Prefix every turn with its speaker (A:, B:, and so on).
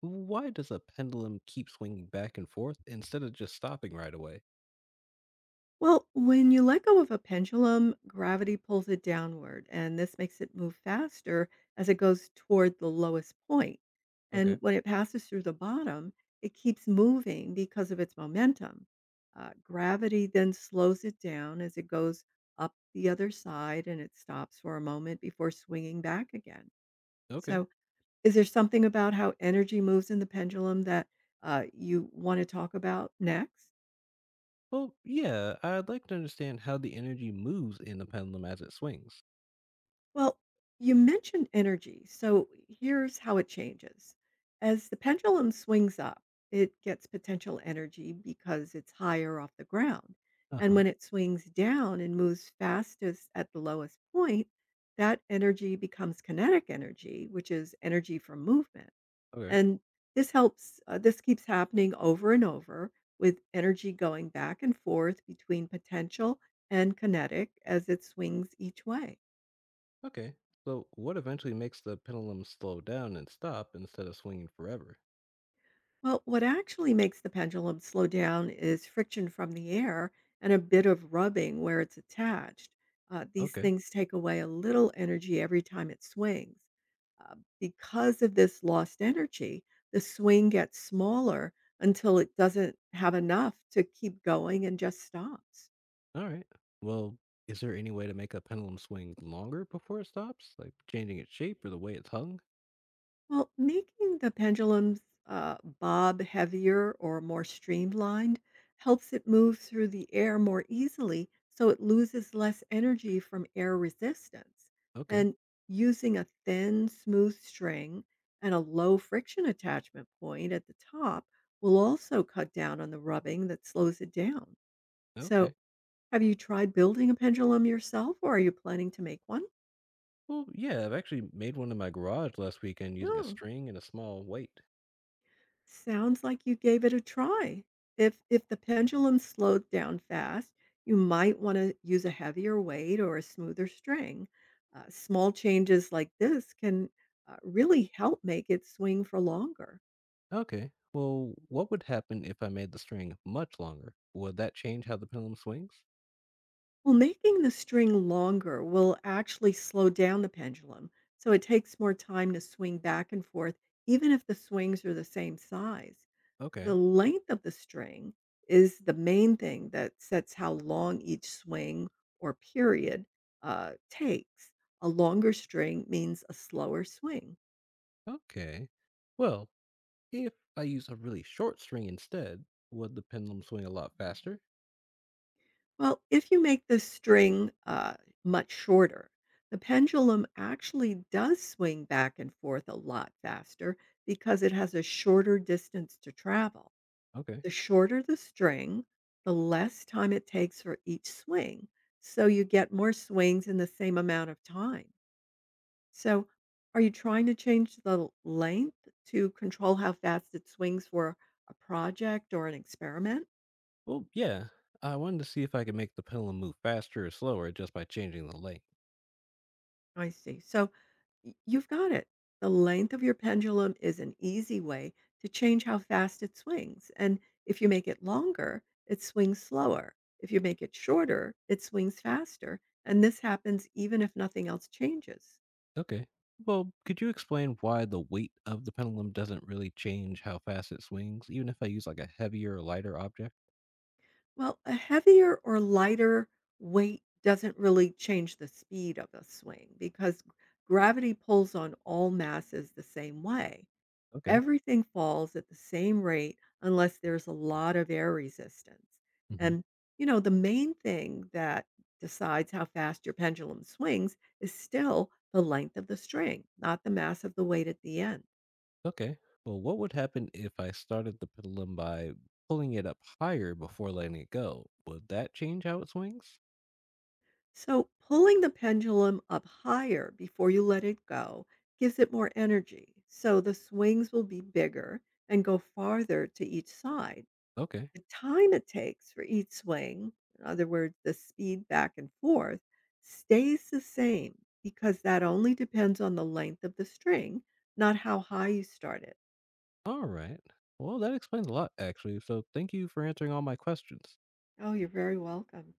A: Why does a pendulum keep swinging back and forth instead of just stopping right away?
B: Well, when you let go of a pendulum, gravity pulls it downward, and this makes it move faster as it goes toward the lowest point.
A: Okay.
B: And when it passes through the bottom, it keeps moving because of its momentum. Gravity then slows it down as it goes up the other side and it stops for a moment before swinging back again.
A: Okay.
B: So, is there something about how energy moves in the pendulum that you want to talk about next?
A: Well, yeah, I'd like to understand how the energy moves in the pendulum as it swings.
B: Well, you mentioned energy. So here's how it changes. As the pendulum swings up, it gets potential energy because it's higher off the ground.
A: Uh
B: And
A: huh.
B: when it swings down and moves fastest at the lowest point, that energy becomes kinetic energy, which is energy from movement.
A: Okay.
B: And this keeps happening over and over with energy going back and forth between potential and kinetic as it swings each way.
A: Okay. So, what eventually makes the pendulum slow down and stop instead of swinging forever?
B: Well, what actually makes the pendulum slow down is friction from the air and a bit of rubbing where it's attached. These
A: Okay.
B: things take away a little energy every time it swings. Uh, because of this lost energy, the swing gets smaller until it doesn't have enough to keep going and just stops.
A: All right. Well, is there any way to make a pendulum swing longer before it stops? Like changing its shape or the way it's hung?
B: Well, making the pendulum's bob heavier or more streamlined helps it move through the air more easily so it loses less energy from air resistance.
A: Okay.
B: And using a thin, smooth string and a low friction attachment point at the top will also cut down on the rubbing that slows it down. So,
A: Okay.
B: have you tried building a pendulum yourself or are you planning to make one?
A: Well, yeah, I've actually made one in my garage last weekend using a
B: No.
A: string and a small weight.
B: Sounds like you gave it a try. If the pendulum slowed down fast, you might want to use a heavier weight or a smoother string. Small changes like this can really help make it swing for longer.
A: Okay. Well, what would happen if I made the string much longer? Would that change how the pendulum swings?
B: Well, making the string longer will actually slow down the pendulum, so it takes more time to swing back and forth, even if the swings are the same size. The
A: Okay.
B: length of the string is the main thing that sets how long each swing or period takes. A longer string means a slower swing.
A: Okay. Well, if I use a really short string instead, would the pendulum swing a lot faster?
B: Well, if you make the string much shorter, the pendulum actually does swing back and forth a lot faster because it has a shorter distance to travel.
A: Okay.
B: The shorter the string, the less time it takes for each swing. So you get more swings in the same amount of time. So, are you trying to change the length to control how fast it swings for a project or an experiment?
A: Well, yeah. I wanted to see if I could make the pendulum move faster or slower just by changing the length.
B: I see. So, you've got it. The length of your pendulum is an easy way to change how fast it swings. And if you make it longer, it swings slower. If you make it shorter, it swings faster. And this happens even if nothing else changes.
A: Okay. Well, could you explain why the weight of the pendulum doesn't really change how fast it swings, even if I use like a heavier or lighter object?
B: Well, a heavier or lighter weight doesn't really change the speed of a swing because gravity pulls on all masses the same way.
A: Okay.
B: Everything falls at the same rate unless there's a lot of air resistance.
A: Hmm.
B: And, you know, the main thing that decides how fast your pendulum swings is still the length of the string, not the mass of the weight at the end.
A: Okay. Well, what would happen if I started the pendulum by pulling it up higher before letting it go? Would that change how it swings?
B: So, pulling the pendulum up higher before you let it go gives it more energy. So, the swings will be bigger and go farther to each side.
A: Okay.
B: The time it takes for each swing, in other words, the speed back and forth, stays the same because that only depends on the length of the string, not how high you start it.
A: All right. Well, that explains a lot, actually. So thank you for answering all my questions.
B: Oh, you're very welcome.